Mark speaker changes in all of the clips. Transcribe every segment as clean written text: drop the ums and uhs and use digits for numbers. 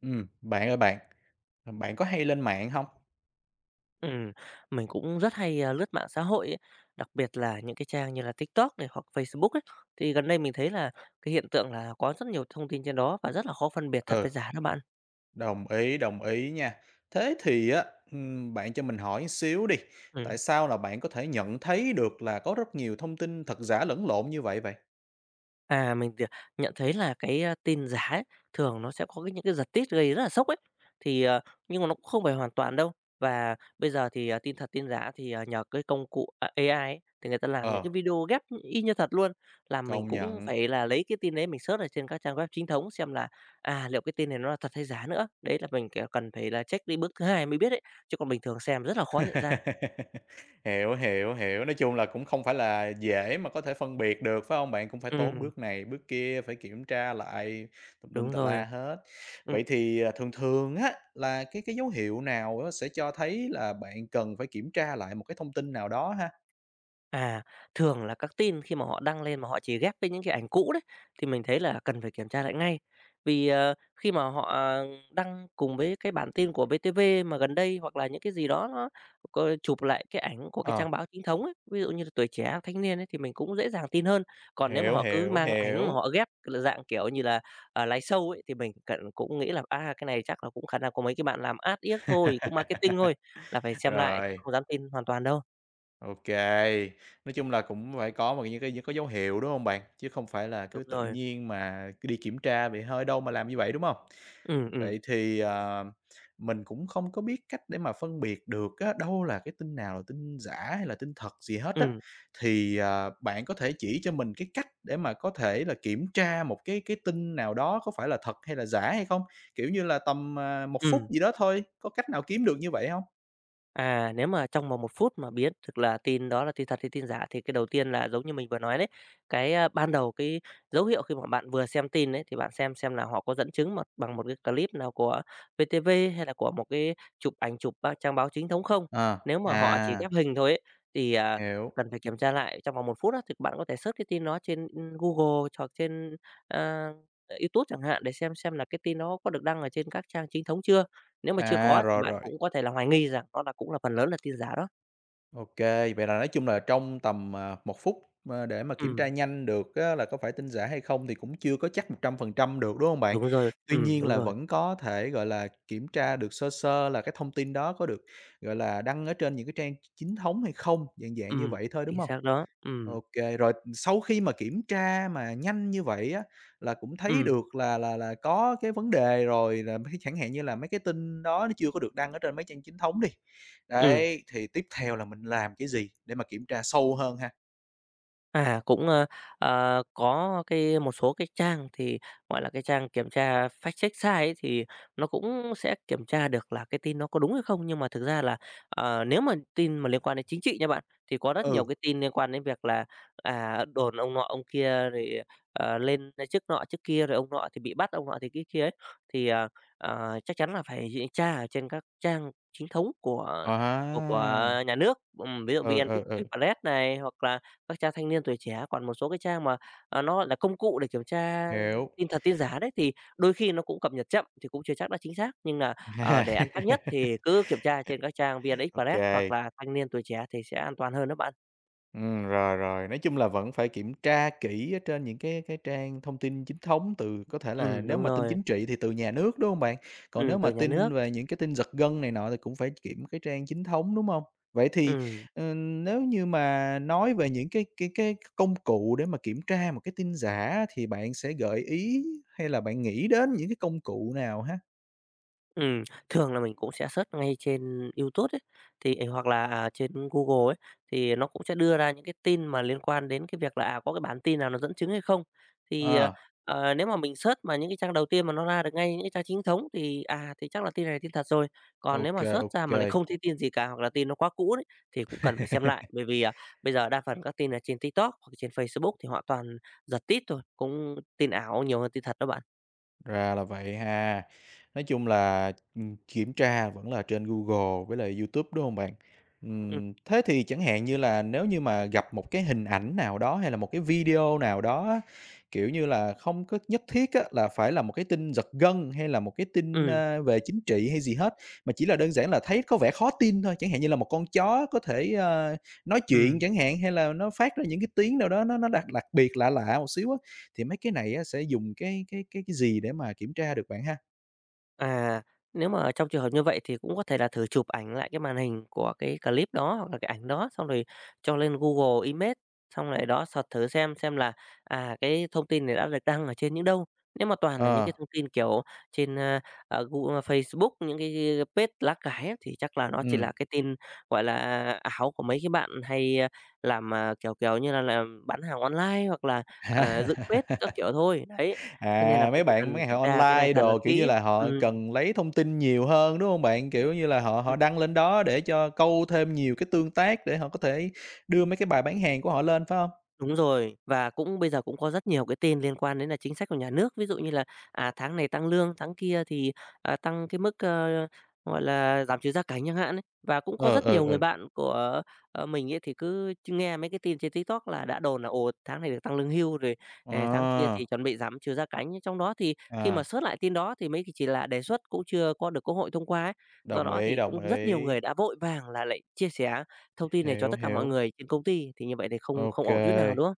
Speaker 1: Bạn ơi bạn có hay lên mạng hông?
Speaker 2: Ừm, mình cũng rất hay, lướt mạng xã hội ấy, đặc biệt là những cái trang như là TikTok này hoặc Facebook ấy. Thì gần đây mình thấy là cái hiện tượng là có rất nhiều thông tin trên đó và rất là khó phân biệt thật
Speaker 1: Ừ,
Speaker 2: với giả đó bạn.
Speaker 1: đồng ý nha. Thế thì á, bạn cho mình hỏi xíu đi,
Speaker 2: Ừm.
Speaker 1: tại sao là bạn có thể nhận thấy được là có rất nhiều thông tin thật giả lẫn lộn như vậy vậy?
Speaker 2: À, mình thì nhận thấy là cái, tin giả ấy, thường nó sẽ có cái những cái giật tít gây rất là sốc ấy, thì, nhưng mà nó cũng không phải hoàn toàn đâu. Và bây giờ thì, tin thật tin giả thì, nhờ cái công cụ, AI ấy, thì người ta làm những
Speaker 1: Ờ,
Speaker 2: cái video ghép y như thật luôn, làm mình
Speaker 1: công
Speaker 2: cũng
Speaker 1: nhận.
Speaker 2: phải là lấy cái tin đấy mình search ở trên các trang web chính thống xem là, liệu cái tin này nó là thật hay giả nữa. Đấy là mình, kiểu, cần phải là check đi bước thứ hai mới biết đấy chứ còn bình thường xem rất là khó nhận ra.
Speaker 1: Hiểu, hiểu, hiểu. Nói chung là cũng không phải là dễ mà có thể phân biệt được, phải hông bạn? Cũng phải tốn
Speaker 2: Ừm,
Speaker 1: bước này, bước kia, phải kiểm tra lại tùm lum
Speaker 2: đúng
Speaker 1: tà
Speaker 2: rồi.
Speaker 1: la hết.
Speaker 2: Ừm.
Speaker 1: Vậy thì, thường thường á, là cái dấu hiệu nào á sẽ cho thấy là bạn cần phải kiểm tra lại một cái thông tin nào đó ha?
Speaker 2: À, thường là các tin khi mà họ đăng lên mà họ chỉ ghép với những cái ảnh cũ đấy thì mình thấy là cần phải kiểm tra lại ngay. Vì, khi mà họ đăng cùng với cái bản tin của VTV mà gần đây hoặc là những cái gì đó nó có chụp lại cái ảnh của cái
Speaker 1: Ờ,
Speaker 2: trang báo chính thống ấy, ví dụ như là Tuổi Trẻ, Thanh Niên ấy thì mình cũng dễ dàng tin hơn. Còn nếu mà
Speaker 1: hiểu,
Speaker 2: họ cứ
Speaker 1: hiểu,
Speaker 2: mang ảnh mà
Speaker 1: hiểu.
Speaker 2: họ ghép là dạng, kiểu như là, live show ấy thì mình cần cũng nghĩ là, cái này chắc là cũng khả năng có mấy cái bạn làm ad yếc thôi, cũng marketing thôi, là phải xem lại chứ
Speaker 1: Rồi.
Speaker 2: không dám tin hoàn toàn đâu.
Speaker 1: OK, nói chung là cũng phải có một những cái dấu hiệu, đúng không bạn? Chứ không phải là cứ
Speaker 2: Đúng
Speaker 1: tự
Speaker 2: rồi.
Speaker 1: nhiên mà cứ đi kiểm tra vậy hơi đâu mà làm như vậy, đúng không?
Speaker 2: Ừ, ừ,
Speaker 1: Vậy thì, mình cũng không có biết cách để mà phân biệt được á, đâu là cái tin nào là tin giả hay là tin thật gì hết á,
Speaker 2: Ừ,
Speaker 1: thì, bạn có thể chỉ cho mình cái cách để mà có thể là kiểm tra một cái tin nào đó có phải là thật hay là giả hay không? Kiểu như là tầm, 1 phút
Speaker 2: ừ.
Speaker 1: gì đó thôi, có cách nào kiếm được như vậy không?
Speaker 2: À, nếu mà trong vòng 1 phút mà biết thực là tin đó là tin thật hay tin giả thì cái đầu tiên là giống như mình vừa nói đấy, cái, ban đầu cái dấu hiệu khi mà bạn vừa xem tin đấy thì bạn xem là họ có dẫn chứng mà bằng một cái clip nào của VTV hay là của một cái chụp ảnh chụp ba trang báo chính thống không.
Speaker 1: Ờ,
Speaker 2: Nếu mà
Speaker 1: à,
Speaker 2: họ chỉ ghép hình thôi ấy, thì,
Speaker 1: hiểu.
Speaker 2: cần phải kiểm tra lại trong vòng 1 phút đó thì bạn có thể search cái tin đó trên, Google hoặc trên, a, YouTube chẳng hạn để xem là cái tin đó có được đăng ở trên các trang chính thống chưa. Nếu mà chưa
Speaker 1: À,
Speaker 2: có thì
Speaker 1: rồi,
Speaker 2: bạn
Speaker 1: rồi.
Speaker 2: cũng có thể là hoài nghi rằng nó là cũng là phần lớn là tin giả đó.
Speaker 1: OK, vậy là nói chung là trong tầm, 1 phút, để mà kiểm tra
Speaker 2: Ừm,
Speaker 1: nhanh được á là có phải tin giả hay không thì cũng chưa có chắc 100% được, đúng không bạn?
Speaker 2: đúng rồi.
Speaker 1: Tuy
Speaker 2: Ừm,
Speaker 1: nhiên
Speaker 2: đúng
Speaker 1: là
Speaker 2: rồi.
Speaker 1: vẫn có thể, gọi là, kiểm tra được sơ sơ là cái thông tin đó có được, gọi là, đăng ở trên những cái trang chính thống hay không, dạng dạng như
Speaker 2: Ừm,
Speaker 1: vậy thôi, đúng
Speaker 2: chính
Speaker 1: không?
Speaker 2: xác đó.
Speaker 1: OK. Rồi sau khi mà kiểm tra mà nhanh như vậy á, là cũng thấy
Speaker 2: Ừm,
Speaker 1: được là có cái vấn đề rồi, là mấy chẳng hạn như là mấy cái tin đó nó chưa có được đăng ở trên mấy trang chính thống đi.
Speaker 2: ừm.
Speaker 1: Đấy, thì tiếp theo là mình làm cái gì để mà kiểm tra sâu hơn ha?
Speaker 2: À, cũng, có cái một số cái trang thì, gọi là, cái trang kiểm tra fact check sai ấy, thì nó cũng sẽ kiểm tra được là cái tin nó có đúng hay không. Nhưng mà thực ra là, nếu mà tin mà liên quan đến chính trị nha bạn, thì có rất nhiều
Speaker 1: Ừ.
Speaker 2: cái tin liên quan đến việc là, đồn ông nọ ông kia rồi, lên chức nọ chức kia, rồi ông nọ thì bị bắt, ông nọ thì cái kia ấy. Thì, chắc chắn là phải tra ở trên các trang chính thống của
Speaker 1: À,
Speaker 2: nhà nước, ví dụ
Speaker 1: ừ, ừ, ừ,
Speaker 2: VnExpress này, hoặc là các trang thanh niên tuổi trẻ, còn một số cái trang mà, nó, gọi là, công cụ để kiểm tra
Speaker 1: hiểu.
Speaker 2: tin thật tin giả đấy, thì đôi khi nó cũng cập nhật chậm thì cũng chưa chắc đã chính xác. Nhưng là, để ăn chắc nhất thì cứ kiểm tra trên các trang VN Express hoặc
Speaker 1: OK.
Speaker 2: là Thanh Niên Tuổi Trẻ thì sẽ an toàn hơn đó bạn.
Speaker 1: Rồi, rồi, nói chung là vẫn phải kiểm tra kỹ ở trên những cái trang thông tin chính thống từ có thể là nếu
Speaker 2: Đúng
Speaker 1: mà tin
Speaker 2: rồi.
Speaker 1: chính trị thì từ nhà nước, đúng hông bạn? Còn
Speaker 2: Ừm,
Speaker 1: nếu
Speaker 2: từ
Speaker 1: mà
Speaker 2: nhà nước.
Speaker 1: tin về những cái tin giật gân này nọ thì cũng phải kiểm cái trang chính thống, đúng hông? Vậy thì,
Speaker 2: Ừm.
Speaker 1: nếu như mà nói về những cái công cụ để mà kiểm tra một cái tin giả á, thì bạn sẽ gợi ý hay là bạn nghĩ đến những cái công cụ nào ha?
Speaker 2: Ừm, Thường là mình cũng sẽ search ngay trên YouTube ấy, thì ấy, hoặc là, trên Google ấy, thì nó cũng sẽ đưa ra những cái tin mà liên quan đến cái việc là, có cái bản tin nào nó dẫn chứng hay không. Thì,
Speaker 1: Ờ,
Speaker 2: nếu mà mình search mà những cái trang đầu tiên mà nó ra được ngay những cái trang chính thống thì chắc là tin này là tin thật rồi. Còn
Speaker 1: ô
Speaker 2: nếu mà
Speaker 1: kê,
Speaker 2: search
Speaker 1: ô
Speaker 2: ra mà
Speaker 1: kê.
Speaker 2: lại không thấy tin gì cả hoặc là tin nó quá cũ đấy, thì cũng cần phải xem lại. Bởi vì, bây giờ đa phần các tin là trên TikTok hoặc trên Facebook thì họ toàn giật tít thôi, cũng tin ảo nhiều hơn tin thật đó bạn.
Speaker 1: Ra là vậy ha. Nói chung là, kiểm tra vẫn là trên Google với lại YouTube, đúng không bạn?
Speaker 2: Ừm,
Speaker 1: Thế thì chẳng hạn như là nếu như mà gặp một cái hình ảnh nào đó hay là một cái video nào đó á, kiểu như là, không có nhất thiết á là phải là một cái tin giật gân hay là một cái tin,
Speaker 2: ừm,
Speaker 1: về chính trị hay gì hết, mà chỉ là đơn giản là thấy có vẻ khó tin thôi, chẳng hạn như là một con chó có thể, nói chuyện
Speaker 2: ừm.
Speaker 1: chẳng hạn, hay là nó phát ra những cái tiếng nào đó nó đặc đặc biệt, lạ lạ một xíu á, thì mấy cái này á sẽ dùng cái gì để mà kiểm tra được bạn ha?
Speaker 2: À, nếu mà trong trường hợp như vậy thì cũng có thể là thử chụp ảnh lại cái màn hình của cái clip đó hoặc là cái ảnh đó xong rồi cho lên Google Image xong lại đó search thử xem là cái thông tin này đã được đăng ở trên những đâu. Nếu mà toàn là những
Speaker 1: Ờ,
Speaker 2: cái thông tin kiểu trên Google, Facebook những cái page lá cải ấy, thì chắc là nó chỉ
Speaker 1: ừm.
Speaker 2: là cái tin gọi là ảo của mấy cái bạn hay làm kiểu kiểu như là làm bán hàng online hoặc là dựng page các kiểu thôi. Đấy. Thế nên là
Speaker 1: À,
Speaker 2: cũng
Speaker 1: mấy
Speaker 2: phải
Speaker 1: bạn
Speaker 2: cần
Speaker 1: bán
Speaker 2: kiểm
Speaker 1: họ
Speaker 2: tra cái này
Speaker 1: online
Speaker 2: thật là
Speaker 1: đồ, kiểu như
Speaker 2: kỹ.
Speaker 1: là, họ
Speaker 2: Ừm,
Speaker 1: cần lấy thông tin nhiều hơn, đúng không bạn? Kiểu như là, họ
Speaker 2: ừm,
Speaker 1: họ đăng lên đó để cho câu thêm nhiều cái tương tác để họ có thể đưa mấy cái bài bán hàng của họ lên, phải không?
Speaker 2: đúng rồi. Và cũng bây giờ cũng có rất nhiều cái tin liên quan đến là chính sách của nhà nước, ví dụ như là, tháng này tăng lương, tháng kia thì, tăng cái mức, gọi là, giảm trừ gia cảnh chẳng hạn ấy. Và cũng có
Speaker 1: Ờ,
Speaker 2: rất nhiều người
Speaker 1: ờ,
Speaker 2: bạn của, mình ấy thì cứ nghe mấy cái tin trên TikTok là đã đồn là "Ồ, tháng này được tăng lương hưu", rồi,
Speaker 1: ờ,
Speaker 2: "Tháng kia
Speaker 1: à,
Speaker 2: thì chuẩn bị giảm trừ gia cảnh." Nhưng trong đó thì khi mà
Speaker 1: à,
Speaker 2: search lại tin đó thì mấy mới chỉ là đề xuất cũng chưa có được Quốc hội thông qua ấy. Do
Speaker 1: đồng
Speaker 2: đó
Speaker 1: ý,
Speaker 2: thì
Speaker 1: đồng
Speaker 2: cũng rất nhiều
Speaker 1: ý.
Speaker 2: người đã vội vàng là lại chia sẻ thông tin này cho
Speaker 1: Hiểu,
Speaker 2: tất cả mọi
Speaker 1: hiểu.
Speaker 2: người trên công ty thì như vậy thì không không
Speaker 1: OK.
Speaker 2: ổn chút nào, đúng không?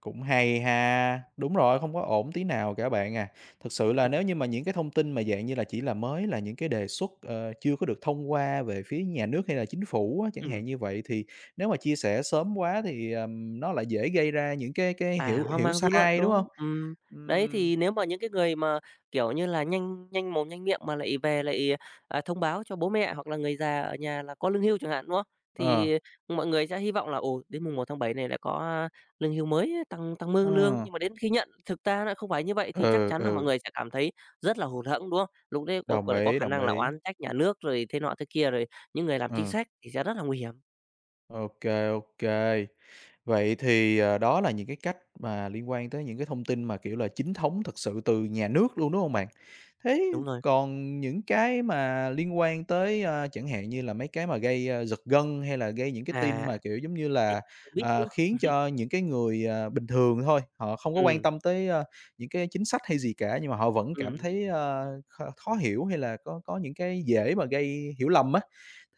Speaker 1: Cũng hay ha. Đúng rồi, không có ổn tí nào cả bạn à. Thực sự là nếu
Speaker 2: Ừm,
Speaker 1: như mà những cái thông tin mà dạng như là chỉ là mới là những cái đề xuất, chưa có được thông qua về phía nhà nước hay là chính phủ á, chẳng
Speaker 2: ừm,
Speaker 1: hạn như vậy, thì nếu mà chia sẻ sớm quá thì, nó lại dễ gây ra những cái hiểu
Speaker 2: hoang
Speaker 1: hiểu
Speaker 2: mang dư luận,
Speaker 1: sai,
Speaker 2: đúng
Speaker 1: đúng
Speaker 2: không?
Speaker 1: không?
Speaker 2: Đấy,
Speaker 1: Ừm,
Speaker 2: thì nếu mà những cái người mà, kiểu như là, nhanh nhanh mồm nhanh miệng mà lại về lại, thông báo cho bố mẹ hoặc là người già ở nhà là có lương hưu chẳng hạn, đúng không?
Speaker 1: ờ,
Speaker 2: Thì mọi người sẽ hy vọng là, ồ, đến mùng 1 tháng 7 này lại có, lương hưu mới tăng tăng mức
Speaker 1: ờ,
Speaker 2: lương, nhưng mà đến khi nhận thực ra lại không phải như vậy thì chắc
Speaker 1: ừ,
Speaker 2: chắn là mọi
Speaker 1: ừ,
Speaker 2: người sẽ cảm thấy rất là hụt hẫng, đúng không? Lúc đấy có
Speaker 1: đồng
Speaker 2: lại có
Speaker 1: ý,
Speaker 2: khả
Speaker 1: đồng
Speaker 2: năng là
Speaker 1: ý.
Speaker 2: oán trách nhà nước rồi thế nọ thế kia, rồi những người làm chính
Speaker 1: Ừm,
Speaker 2: sách thì sẽ rất là nguy hiểm.
Speaker 1: ok kê. Vậy thì, đó là những cái cách mà liên quan tới những cái thông tin mà, kiểu là, chính thống thực sự từ nhà nước luôn, đúng không bạn? Thế
Speaker 2: Đúng rồi.
Speaker 1: còn những cái mà liên quan tới, chẳng hạn như là mấy cái mà gây, giật gân hay là gây những cái tin
Speaker 2: À,
Speaker 1: mà, kiểu, giống như
Speaker 2: cái
Speaker 1: là,
Speaker 2: biết nữa.
Speaker 1: khiến cho những cái người, bình thường thôi, họ không có quan
Speaker 2: Ừm,
Speaker 1: tâm tới, những cái chính sách hay gì cả, nhưng mà họ vẫn cảm
Speaker 2: ừm,
Speaker 1: thấy, khó hiểu hay là có những cái dễ mà gây hiểu lầm á,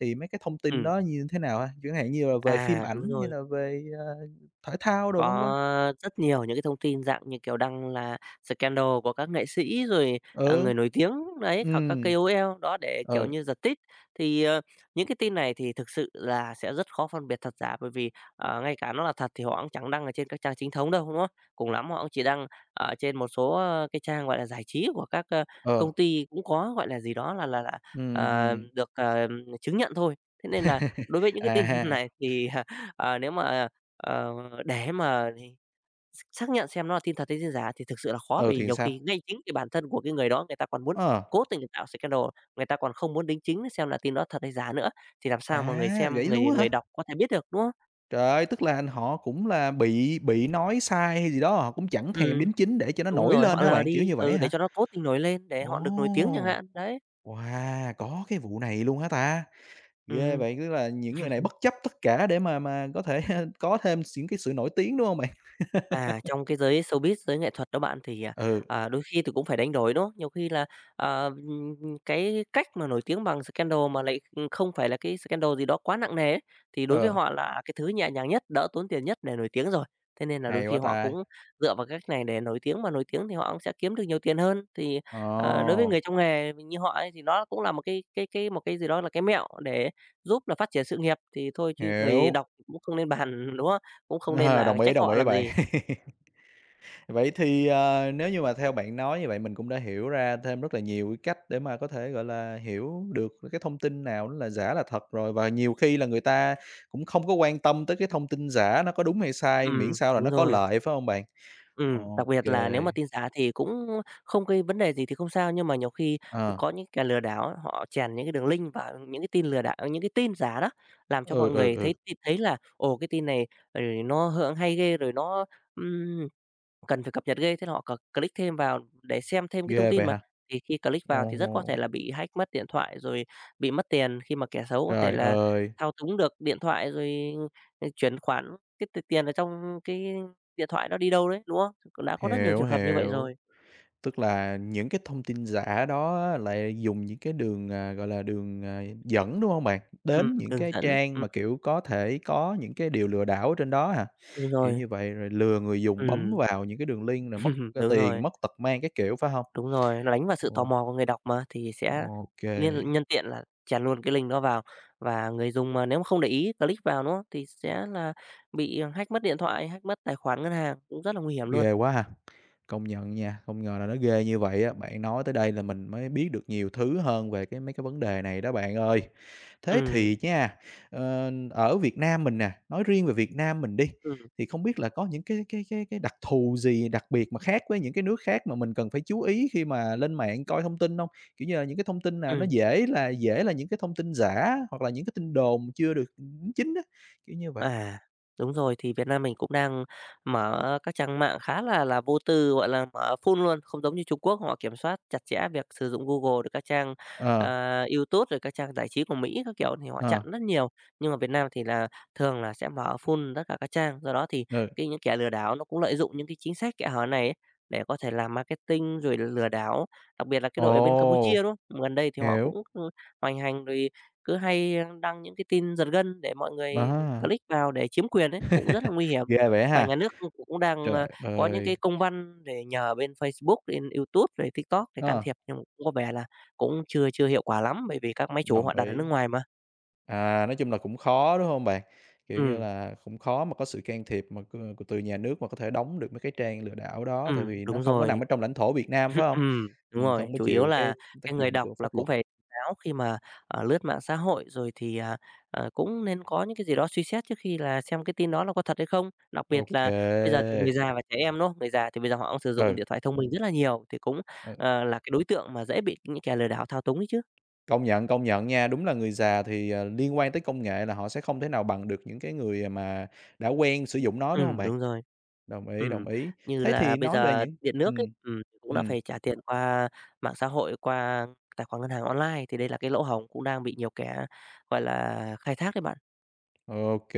Speaker 1: thì mấy cái thông tin
Speaker 2: ừm.
Speaker 1: đó như thế nào ha? Chẳng hạn như là về phim
Speaker 2: À, đúng
Speaker 1: ảnh hay
Speaker 2: rồi.
Speaker 1: là về, thể thao đồ vân vân.
Speaker 2: Có rất nhiều những cái thông tin dạng như, kiểu, đăng là scandal của các nghệ sĩ rồi,
Speaker 1: Ừ,
Speaker 2: người nổi tiếng đấy, hoặc các
Speaker 1: ừm,
Speaker 2: KOL đó để, kiểu
Speaker 1: ừ,
Speaker 2: như, giật tít. Thì, những cái tin này thì thực sự là sẽ rất khó phân biệt thật giả, bởi vì, ngay cả nó là thật thì họ cũng chẳng đăng ở trên các trang chính thống đâu, đúng không? Cùng lắm họ cũng chỉ đăng ở trên một số, cái trang, gọi là, giải trí của các,
Speaker 1: ờ,
Speaker 2: công ty cũng có, gọi là gì đó, là,
Speaker 1: ừm.
Speaker 2: được, chứng nhận thôi. Thế nên là đối với những cái tin
Speaker 1: À,
Speaker 2: này thì, nếu mà, để mà xác nhận xem nó là tin thật hay tin giả thì thực sự là khó,
Speaker 1: ừ,
Speaker 2: vì
Speaker 1: thì
Speaker 2: nhiều
Speaker 1: sao?
Speaker 2: khi ngay chính cái bản thân của cái người đó người ta còn muốn
Speaker 1: Ờ,
Speaker 2: cố tình tạo scandal, người ta còn không muốn đính chính xem là tin đó thật hay giả nữa, thì làm sao mà người
Speaker 1: à,
Speaker 2: xem,
Speaker 1: vậy
Speaker 2: người
Speaker 1: luôn á
Speaker 2: người
Speaker 1: hả?
Speaker 2: đọc có thể biết được, đúng không?
Speaker 1: Trời ơi, tức là họ cũng là bị nói sai hay gì đó, họ cũng chẳng thèm
Speaker 2: Ừm,
Speaker 1: đính chính để cho nó
Speaker 2: đúng
Speaker 1: nổi
Speaker 2: rồi,
Speaker 1: lên
Speaker 2: họ
Speaker 1: hả
Speaker 2: lờ
Speaker 1: bạn, kiểu
Speaker 2: đi,
Speaker 1: như vậy
Speaker 2: ừ, để
Speaker 1: hả?
Speaker 2: cho nó cố tình nổi lên, để họ được nổi tiếng chẳng
Speaker 1: Ồ!
Speaker 2: hạn, đấy.
Speaker 1: Wow, có cái vụ này luôn hả ta? Ghê
Speaker 2: Ừm.
Speaker 1: vậy, tức là những người này bất chấp tất cả để mà có thể có thêm những cái sự nổi tiếng, đúng không bạn?
Speaker 2: À, trong cái giới showbiz, giới nghệ thuật đó bạn thì,
Speaker 1: Ừ,
Speaker 2: đôi khi thì cũng phải đánh đổi, đúng không? Nhiều khi là, ờ, ừm, cái cách mà nổi tiếng bằng scandal mà lại, không phải là cái scandal gì đó quá nặng nề ấy, thì đối với
Speaker 1: ờ,
Speaker 2: họ là cái thứ nhẹ nhàng nhất, đỡ tốn tiền nhất để nổi tiếng rồi. Thế nên là đôi
Speaker 1: hay
Speaker 2: khi
Speaker 1: quá
Speaker 2: họ cũng
Speaker 1: ta.
Speaker 2: dựa vào cách này để nổi tiếng, mà nổi tiếng thì họ cũng sẽ kiếm được nhiều tiền hơn. Thì, đối với
Speaker 1: Ồ,
Speaker 2: người trong nghề như họ ấy thì nó cũng là một cái một cái gì đó là cái mẹo để giúp là phát triển sự nghiệp, thì thôi chứ người
Speaker 1: hiểu.
Speaker 2: đọc cũng không nên bàn, đúng không? Cũng không nên
Speaker 1: Ờ,
Speaker 2: là trách
Speaker 1: đồng
Speaker 2: họ
Speaker 1: ý
Speaker 2: làm
Speaker 1: bạn.
Speaker 2: gì.
Speaker 1: Vậy thì, nếu như mà theo bạn nói như vậy mình cũng đã hiểu ra thêm rất là nhiều cái cách để mà có thể, gọi là, hiểu được cái thông tin nào nó là giả là thật rồi, và nhiều khi là người ta cũng không có quan tâm tới cái thông tin giả nó có đúng hay sai, miễn sao là
Speaker 2: Đúng
Speaker 1: nó có
Speaker 2: rồi.
Speaker 1: lợi, phải không bạn? Ok
Speaker 2: Đặc biệt là nếu
Speaker 1: kê,
Speaker 2: mà tin giả thì cũng không gây vấn đề gì thì không sao, nhưng mà nhiều khi
Speaker 1: ờ,
Speaker 2: có những kẻ lừa đảo họ chèn những cái đường link vào những cái tin lừa đảo những cái tin giả đó, làm cho mọi
Speaker 1: ừ, ừ,
Speaker 2: người
Speaker 1: ừ,
Speaker 2: thấy thấy là, ồ, cái tin này, nó hay ghê, rồi nó, cần phải cập nhật ghê, thế là họ click thêm vào để xem thêm cái thông
Speaker 1: ghê
Speaker 2: tin
Speaker 1: vậy
Speaker 2: mà.
Speaker 1: hả?
Speaker 2: Thì khi click
Speaker 1: Ô
Speaker 2: vào thì rất có thể là bị hack mất điện thoại, rồi bị mất tiền khi mà kẻ xấu có thể
Speaker 1: trời
Speaker 2: là
Speaker 1: ơi!
Speaker 2: thao túng được điện thoại, rồi, chuyển khoản cái tiền ở trong cái điện thoại đó đi đâu đấy, đúng không? Cũng đã có rất nhiều
Speaker 1: Hiểu,
Speaker 2: trường hợp như vậy
Speaker 1: hiểu.
Speaker 2: rồi.
Speaker 1: Tức là những cái thông tin giả đó á, lại dùng những cái đường, gọi là, đường, dẫn, đúng hông bạn? Đến những
Speaker 2: Đường
Speaker 1: cái
Speaker 2: dẫn,
Speaker 1: trang mà, kiểu, có thể có những cái điều lừa đảo ở trên đó hả?
Speaker 2: đúng
Speaker 1: Kiểu
Speaker 2: rồi,
Speaker 1: như vậy, rồi lừa người dùng bấm
Speaker 2: ừm,
Speaker 1: vào những cái đường link rồi mất,
Speaker 2: đúng rồi.
Speaker 1: tiền, mất tật mang các kiểu, phải hông?
Speaker 2: Đúng rồi, nó đánh vào sự tò
Speaker 1: Ồ,
Speaker 2: mò của người đọc mà, thì sẽ
Speaker 1: ô
Speaker 2: liên
Speaker 1: kê.
Speaker 2: nhân tiện là chèn luôn cái link đó vào. Và người dùng mà nếu mà không để ý click vào, đúng thì sẽ là bị hack mất điện thoại, hack mất tài khoản ngân hàng, cũng rất là nguy hiểm luôn.
Speaker 1: Ghê quá ha. Công nhận nha, không ngờ là nó ghê như vậy á. Bạn nói tới đây là mình mới biết được nhiều thứ hơn về cái mấy cái vấn đề này đó bạn ơi. Thế
Speaker 2: Ừm,
Speaker 1: thì nha, ở Việt Nam mình nè, nói riêng về Việt Nam mình đi,
Speaker 2: ừm,
Speaker 1: thì không biết là có những cái đặc thù gì đặc biệt mà khác với những cái nước khác mà mình cần phải chú ý khi mà lên mạng coi thông tin không? Kiểu như là, những cái thông tin nào nó
Speaker 2: ừm.
Speaker 1: dễ là những cái thông tin giả hoặc là những cái tin đồn chưa được đính chính á, kiểu như vậy.
Speaker 2: À, đúng rồi, thì Việt Nam mình cũng đang mở các trang mạng khá là vô tư, gọi là, mở full luôn, không giống như Trung Quốc họ kiểm soát chặt chẽ việc sử dụng Google, được các trang,
Speaker 1: Ờ,
Speaker 2: YouTube, rồi các trang giải trí của Mỹ các kiểu thì họ chặn
Speaker 1: ờ,
Speaker 2: rất nhiều. Nhưng mà Việt Nam thì là thường là sẽ mở full tất cả các trang, do đó thì
Speaker 1: ừ.
Speaker 2: cái những kẻ lừa đảo nó cũng lợi dụng những cái chính sách kẽ hở này ấy để có thể làm marketing rồi lừa đảo, đặc biệt là cái đội ở bên Campuchia,
Speaker 1: Ồ,
Speaker 2: đúng không? Gần đây thì họ
Speaker 1: hiểu.
Speaker 2: cũng, hoành hành rồi cứ hay đăng những cái tin giật gân để mọi người
Speaker 1: À,
Speaker 2: click vào để chiếm quyền ấy, cũng rất là nguy hiểm.
Speaker 1: ghê vậy
Speaker 2: Và nhà
Speaker 1: ha.
Speaker 2: nước cũng cũng đang,
Speaker 1: Trời
Speaker 2: có những
Speaker 1: ơi!
Speaker 2: cái công văn để nhờ bên Facebook, bên YouTube, rồi TikTok để can
Speaker 1: Ờ,
Speaker 2: thiệp, nhưng cũng có vẻ là cũng chưa chưa hiệu quả lắm, bởi vì các máy chủ
Speaker 1: đồng
Speaker 2: họ đặt ở nước
Speaker 1: ý.
Speaker 2: ngoài mà.
Speaker 1: À, nói chung là cũng khó, đúng hông bạn? Kiểu như
Speaker 2: Ừ,
Speaker 1: là, cũng khó mà có sự can thiệp mà của từ nhà nước mà có thể đóng được mấy cái trang lừa đảo đó, tại vì nó
Speaker 2: đúng
Speaker 1: không có nằm ở
Speaker 2: rồi.
Speaker 1: trong lãnh thổ Việt Nam, phải hông?
Speaker 2: Đúng rồi,
Speaker 1: Không có
Speaker 2: chủ yếu
Speaker 1: chịu cái
Speaker 2: là cái
Speaker 1: tác
Speaker 2: người
Speaker 1: dụng
Speaker 2: đọc
Speaker 1: của
Speaker 2: là
Speaker 1: pháp
Speaker 2: cũng
Speaker 1: luật.
Speaker 2: phải tỉnh táo khi mà, lướt mạng xã hội, rồi thì, cũng nên có những cái gì đó suy xét trước khi là xem cái tin đó là có thật hay không. Đặc biệt
Speaker 1: OK
Speaker 2: là
Speaker 1: kê.
Speaker 2: bây giờ thì người già và trẻ em, đúng không? Người già thì bây giờ họ cũng sử dụng
Speaker 1: Ừ,
Speaker 2: điện thoại thông minh rất là nhiều, thì cũng,
Speaker 1: ừ,
Speaker 2: là cái đối tượng mà dễ bị những kẻ lừa đảo thao túng ấy chứ.
Speaker 1: công nhận nha. Đúng là người già thì, liên quan tới công nghệ là họ sẽ không thể nào bằng được những cái người mà đã quen sử dụng nó, đúng hông
Speaker 2: Ừ
Speaker 1: bạn?
Speaker 2: đúng rồi.
Speaker 1: Đồng ý,
Speaker 2: Ừ
Speaker 1: đồng ý.
Speaker 2: như
Speaker 1: Thế
Speaker 2: là
Speaker 1: thì
Speaker 2: bây
Speaker 1: nói về
Speaker 2: giờ
Speaker 1: những
Speaker 2: điện nước ấy,
Speaker 1: ừm,
Speaker 2: cũng đã
Speaker 1: ừm.
Speaker 2: phải trả tiền qua mạng xã hội, qua tài khoản ngân hàng online, thì đây là cái lỗ hổng cũng đang bị nhiều kẻ, gọi là, khai thác đấy bạn.
Speaker 1: OK.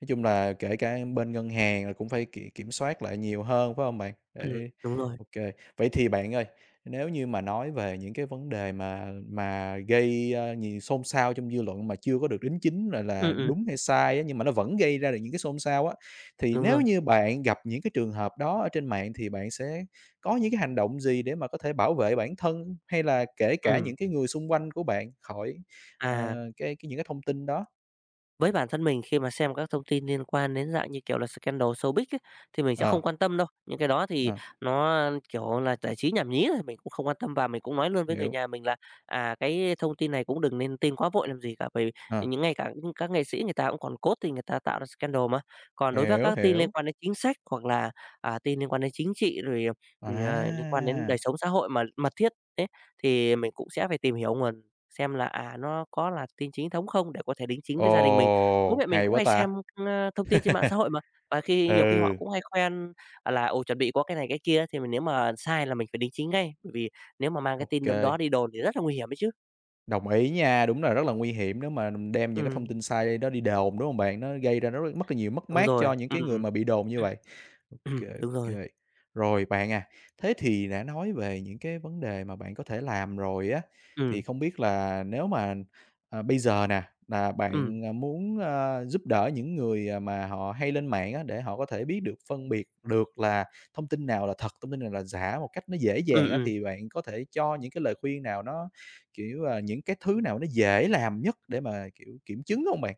Speaker 1: Nói chung là kể cả bên ngân hàng là cũng phải kiểm kiểm soát lại nhiều hơn, phải không bạn?
Speaker 2: Ừm,
Speaker 1: Để
Speaker 2: đúng rồi.
Speaker 1: OK. Vậy thì bạn ơi, nếu như mà nói về những cái vấn đề mà gây, nhiều xôn xao trong dư luận mà chưa có được đính chính là
Speaker 2: Ừm, ừm,
Speaker 1: đúng hay sai á, nhưng mà nó vẫn gây ra được những cái xôn xao á, thì
Speaker 2: đúng
Speaker 1: nếu
Speaker 2: rồi.
Speaker 1: như bạn gặp những cái trường hợp đó ở trên mạng thì bạn sẽ có những cái hành động gì để mà có thể bảo vệ bản thân, hay là kể cả
Speaker 2: Ừm,
Speaker 1: những cái người xung quanh của bạn khỏi,
Speaker 2: à,
Speaker 1: cái những cái thông tin đó?
Speaker 2: Với bản thân mình khi mà xem các thông tin liên quan đến dạng như kiểu là scandal showbiz ấy, thì mình sẽ
Speaker 1: Ờ.
Speaker 2: không quan tâm đâu. Những cái đó thì
Speaker 1: Ờ,
Speaker 2: nó, kiểu là, giải trí nhảm nhí thôi, mình cũng không quan tâm và mình cũng nói luôn với người
Speaker 1: hiểu,
Speaker 2: nhà mình là, "Cái thông tin này cũng đừng nên tin quá vội làm gì cả, bởi vì
Speaker 1: ờ,
Speaker 2: những ngày cả những các nghệ sĩ người ta cũng còn cốt thì người ta tạo ra scandal mà." Còn đối với
Speaker 1: hiểu,
Speaker 2: các tin liên
Speaker 1: hiểu.
Speaker 2: quan đến chính sách hoặc là, tin liên quan đến chính trị rồi, liên quan đến đời
Speaker 1: À,
Speaker 2: sống xã hội mà mật thiết ấy, thì mình cũng sẽ phải tìm hiểu nguồn xem là, nó có là tin chính thống không để có thể đính chính với gia đình mình. Bố
Speaker 1: ồ,
Speaker 2: mẹ mình
Speaker 1: hay
Speaker 2: cũng
Speaker 1: quá
Speaker 2: hay
Speaker 1: ta!
Speaker 2: xem, thông tin trên mạng xã hội mà, và khi nhiều khi họ
Speaker 1: Ừ,
Speaker 2: cũng hay khoen, là, ồ, chuẩn bị có cái này cái kia thì mình nếu mà sai là mình phải đính chính ngay, bởi vì nếu mà mang cái tin đón đó
Speaker 1: OK,
Speaker 2: đi đồn thì rất là nguy hiểm ấy chứ.
Speaker 1: đồng ý nha, đúng là rất là nguy hiểm nếu mà đem những cái thông
Speaker 2: Ừm,
Speaker 1: tin sai đó đi đồn, đúng không bạn? Nó gây ra rất rất mất là nhiều mất
Speaker 2: đúng
Speaker 1: mát cho
Speaker 2: rồi,
Speaker 1: những cái người mà bị đồn như vậy. OK,
Speaker 2: đúng rồi,
Speaker 1: OK. Rồi bạn à, thế thì đã nói về những cái vấn đề mà bạn có thể làm rồi á,
Speaker 2: ừm,
Speaker 1: thì không biết là nếu mà, bây giờ nè, là
Speaker 2: ừm,
Speaker 1: bạn, muốn, giúp đỡ những người, mà họ hay lên mạng á, để họ có thể biết được, phân biệt được là thông tin nào là thật, thông tin nào là giả một cách nó dễ dàng á,
Speaker 2: ừm.
Speaker 1: thì bạn có thể cho những cái lời khuyên nào nó, kiểu, những cái thứ nào nó dễ làm nhất để mà, kiểu, kiểm chứng không bạn?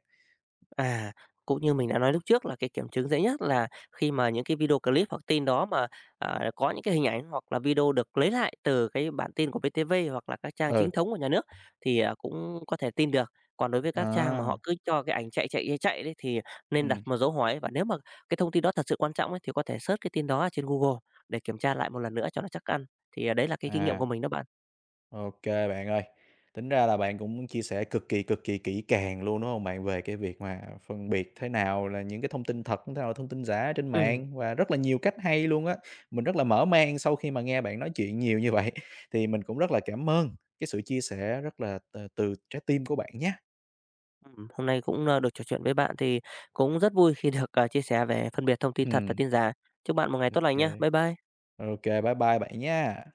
Speaker 2: À, cũng như mình đã nói lúc trước là cái kiểm chứng dễ nhất là khi mà những cái video clip hoặc tin đó mà, có những cái hình ảnh hoặc là video được lấy lại từ cái bản tin của VTV hoặc là các trang
Speaker 1: Ừ,
Speaker 2: chính thống của nhà nước thì, cũng có thể tin được. Còn đối với các trang mà họ
Speaker 1: à,
Speaker 2: cứ cho cái ảnh chạy, chạy, chạy, chạy đấy thì nên đặt
Speaker 1: ừm,
Speaker 2: một dấu hỏi và nếu mà cái thông tin đó thật sự quan trọng ấy thì có thể search cái tin đó ở trên Google để kiểm tra lại một lần nữa cho nó chắc ăn. Thì, đấy là cái kinh nghiệm
Speaker 1: à.
Speaker 2: của mình đó bạn.
Speaker 1: OK bạn ơi. Tính ra là bạn cũng chia sẻ cực kỳ kỹ càng luôn, đúng hông bạn? Về cái việc mà phân biệt thế nào là những cái thông tin thật, thế nào là thông tin giả trên
Speaker 2: Ừm.
Speaker 1: mạng và rất là nhiều cách hay luôn á. Mình rất là mở mang sau khi mà nghe bạn nói chuyện nhiều như vậy, thì mình cũng rất là cảm ơn cái sự chia sẻ rất là từ trái tim của bạn nhé.
Speaker 2: Hôm nay cũng, được trò chuyện với bạn thì cũng rất vui khi được, chia sẻ về phân biệt thông tin thật và
Speaker 1: Ừm,
Speaker 2: tin giả. Chúc bạn một ngày tốt lành nhé.
Speaker 1: OK.
Speaker 2: Bye bye.
Speaker 1: OK, bye bye bạn nha.